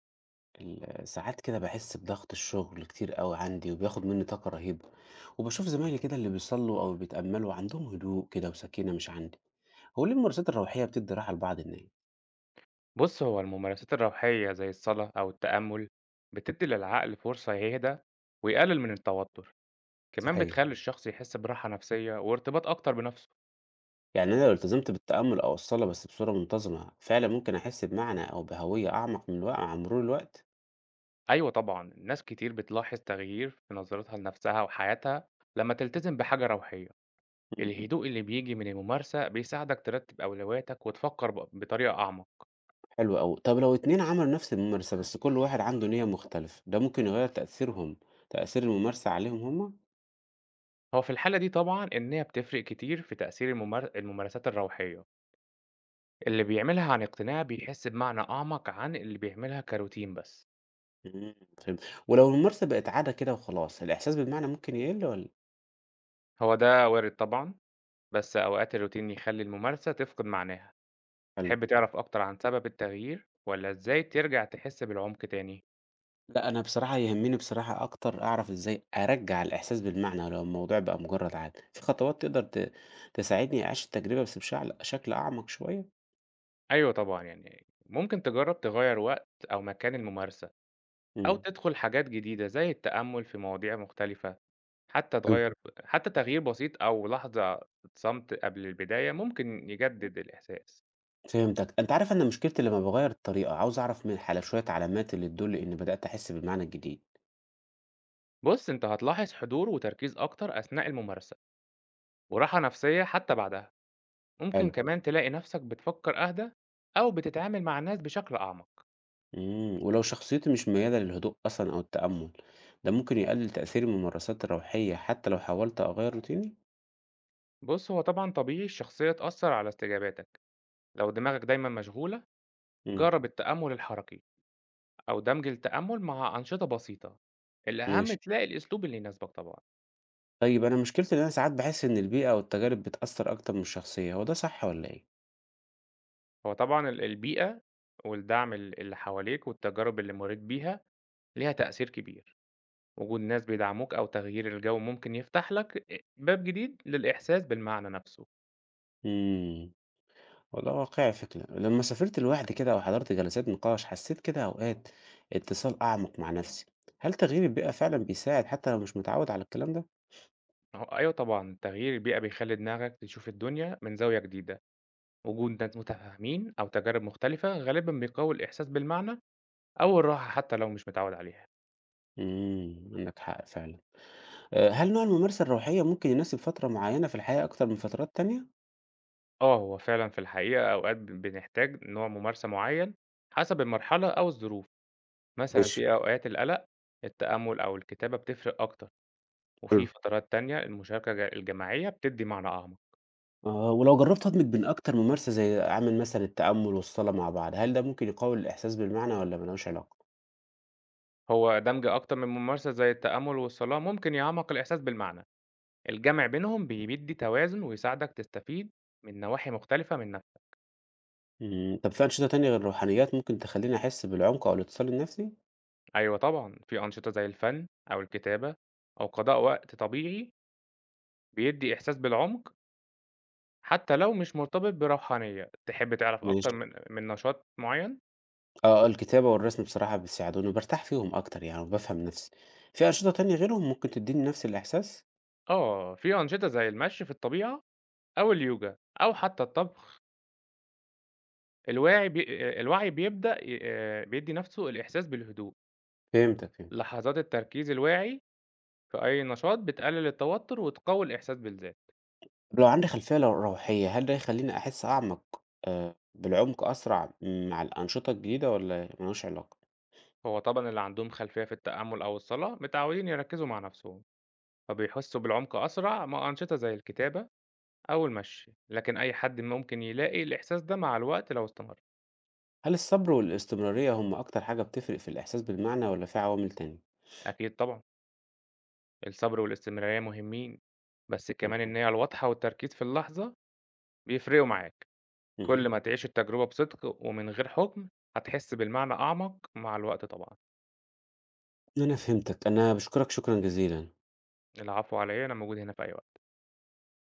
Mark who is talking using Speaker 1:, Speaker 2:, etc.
Speaker 1: ساعات كده بحس بضغط الشغل كتير قوي عندي وبياخد مني طاقة رهيبة، وبشوف زمايلي كده اللي بيصلوا أو بيتأملوا عندهم هدوء كده وسكينة مش عندي. هو ليه الممارسات الروحية بتدي راحة لبعض الناس؟
Speaker 2: بص هو الممارسات الروحية زي الصلاة أو التأمل بتدي للعقل فرصة يهدى ويقلل من التوتر. كمان
Speaker 1: صحيح،
Speaker 2: بتخلي الشخص يحس براحة نفسية وارتباط أكتر بنفسه.
Speaker 1: يعني أنا لو التزمت بالتأمل أو الصلاة بس بصورة منتظمة فعلا ممكن أحس بمعنى أو بهوية أعمق من الوقت مع مرور الوقت.
Speaker 2: أيوة طبعا ناس كتير بتلاحظ تغيير في نظرتها لنفسها وحياتها لما تلتزم بحاجة روحية.
Speaker 1: مم،
Speaker 2: الهدوء اللي بيجي من الممارسة بيساعدك ترتب أولوياتك وتفكر بطريقة أعمق.
Speaker 1: حلو أوي. طب لو اتنين عملوا نفس الممارسة بس كل واحد عنده نية مختلفة ده ممكن يغير تأثيرهم، تأثير الممارسة عليهم هما؟
Speaker 2: هو في الحالة دي طبعا إن هي بتفرق كتير في تأثير الممارسات الروحية. اللي بيعملها عن اقتناع بيحس بمعنى أعمق عن اللي بيعملها كروتين بس.
Speaker 1: إمم، فهمت. ولو الممارسة بقت عادة كده وخلاص، الإحساس بالمعنى ممكن يقل والّا؟
Speaker 2: هو ده وارد طبعًا، بس أوقات الروتين يخلّي الممارسة تفقد معناها.
Speaker 1: حلو؟
Speaker 2: تحب تعرف أكتر عن سبب التغيير والّا إزاي ترجع تحس بالعمق تاني؟
Speaker 1: لأ، أنا بصراحة يهمني بصراحة أكتر أعرف إزاي أرجّع الإحساس بالمعنى لو الموضوع بقى مجرّد عادة، في خطوات تقدر تساعدني أعيش التجربة بس بشعل شكل أعمق شوية؟
Speaker 2: أيوه طبعًا، يعني ممكن تجرّب تغيّر وقت أو مكان الممارسة، أو
Speaker 1: إمم،
Speaker 2: تدخل حاجات جديدة زي التأمل في مواضيع مختلفة، حتى
Speaker 1: حلو.
Speaker 2: تغيّر، حتى تغيير بسيط أو لحظة صمت قبل البداية ممكن يجدد الإحساس.
Speaker 1: فهمتك. أنت عارف أنا مشكلتي لمّا باغيّر الطريقة، عاوز أعرف من على شوية علامات اللي تدُل إني بدأت أحس بالمعنى الجديد.
Speaker 2: بُص، أنت هتلاحظ حضور وتركيز أكتر أثناء الممارسة وراحة نفسية حتى بعدها. ممكن
Speaker 1: حلو.
Speaker 2: كمان تلاقي نفسك بتفكر أهدى أو بتتعامل مع الناس بشكل أعمق.
Speaker 1: ولو شخصيتي مش ميّالة للهدوء أصلًا أو التأمُّل، ده ممكن يقلل تأثير الممارسات الروحية حتى لو حاولت أغيّر روتيني؟
Speaker 2: بص هو طبعا طبيعي الشخصية تأثر على استجاباتك. لو دماغك دايما مشغولة
Speaker 1: إمم،
Speaker 2: جرب التأمل الحركي أو دمج التأمل مع أنشطة بسيطة. الأهم
Speaker 1: ماشي.
Speaker 2: تلاقي الأسلوب اللي يناسبك طبعا.
Speaker 1: طيب أنا مشكلتي إن أنا ساعات باحس إن البيئة والتجارب بتأثّر أكتر من الشخصية، هو ده صح والّا إيه؟
Speaker 2: هو طبعا ال- البيئة والدعم ال- اللي حواليك والتجارب اللي مريت بيها ليها تأثير كبير. وجود ناس بيدعموك أو تغيير الجو ممكن يفتح لك باب جديد للإحساس بالمعنى نفسه.
Speaker 1: إمم، والله واقعي فكرة. لمّا سافرت لوحدي كده وحضرت جلسات نقاش، حسيت كده أوقات اتصال أعمق مع نفسي. هل تغيير البيئة فعلًا بيساعد حتى لو مش متعوّد على الكلام ده؟
Speaker 2: ما هو أيوه طبعًا، تغيير البيئة بيخلّي دماغك تشوف الدنيا من زاوية جديدة، وجود ناس متفاهمين أو تجارب مختلفة غالبًا بيقوي الإحساس بالمعنى أو الراحة حتى لو مش متعود عليها.
Speaker 1: عندك حق فعلًا. هل نوع الممارسة الروحية ممكن يناسب فترة معيّنة في الحياة أكتر من فترات تانية؟
Speaker 2: آه، هو فعلًا في الحقيقة أوقات بنحتاج نوع ممارسة معيّن حسب المرحلة أو الظروف. مثلًا
Speaker 1: ماشي.
Speaker 2: في أوقات القلق، التأمل أو الكتابة بتفرق أكتر، وفي
Speaker 1: حلو.
Speaker 2: فترات تانية المشاركة الجماعية بتدّي معنى أعمق.
Speaker 1: آه، ولو جربت أدمج بين أكتر من ممارسة زي أعمل مثلًا التأمل والصلاة مع بعض، هل ده ممكن يقوي الإحساس بالمعنى والّا ما لهوش علاقة؟
Speaker 2: هو دمج أكتر من ممارسة زي التأمل والصلاة ممكن يعمّق الإحساس بالمعنى. الجمع بينهم بيدّي توازن ويساعدك تستفيد من نواحي مختلفة منها.
Speaker 1: طب في أنشطة تانية غير الروحانيات ممكن تخلّيني أحس بالعمق أو الاتصال النفسي؟
Speaker 2: أيوه طبعًا، في أنشطة زي الفن أو الكتابة أو قضاء وقت طبيعي بيدّي إحساس بالعمق حتى لو مش مرتبط بروحانية. تحب تعرف أكتر
Speaker 1: ماشي.
Speaker 2: من نشاط معيّن؟
Speaker 1: آه، الكتابة والرسم بصراحة بيساعدوني وبارتاح فيهم أكتر يعني وبافهم نفسي، في أنشطة تانية غيرهم ممكن تدّيني نفس الإحساس؟
Speaker 2: آه، في أنشطة زي المشي في الطبيعة أو اليوجا أو حتى الطبخ. الواعي بي الوعي بيبدأ ي بيدّي نَفْسه الإحساس بالهدوء.
Speaker 1: فهمت.
Speaker 2: لحظات التركيز الواعي في أي نشاط بتقلل التوتر وتقوي الإحساس بالذات.
Speaker 1: لو عندي خلفية لو روحية هل ده يخلّيني أحس أعمق، بالعمق أسرع مع الأنشطة الجديدة والّا ما لهوش علاقة؟
Speaker 2: هو طبعًا اللي عندهم خلفية في التأمل أو الصلاة متعودين يركزوا مع نفسهم، فبيحسوا بالعمق أسرع مع أنشطة زي الكتابة أو المشي، لكن أي حد ممكن يلاقي الإحساس ده مع الوقت لو استمر.
Speaker 1: هل الصبر والاستمرارية هم أكتر حاجة بتفرق في الإحساس بالمعنى ولا في عوامل تانية؟
Speaker 2: أكيد طبعًا الصبر والاستمرارية مهمين، بس كمان
Speaker 1: تمام.
Speaker 2: النية الواضحة والتركيز في اللحظة بيفرقوا معاك.
Speaker 1: اهم.
Speaker 2: كل ما تعيش التجربة بصدق ومن غير حكم هتحس بالمعنى أعمق مع الوقت طبعًا.
Speaker 1: أنا فهمتك، أنا باشكرك شكرًا جزيلًا.
Speaker 2: العفو على إيه، أنا موجود هنا في أي وقت.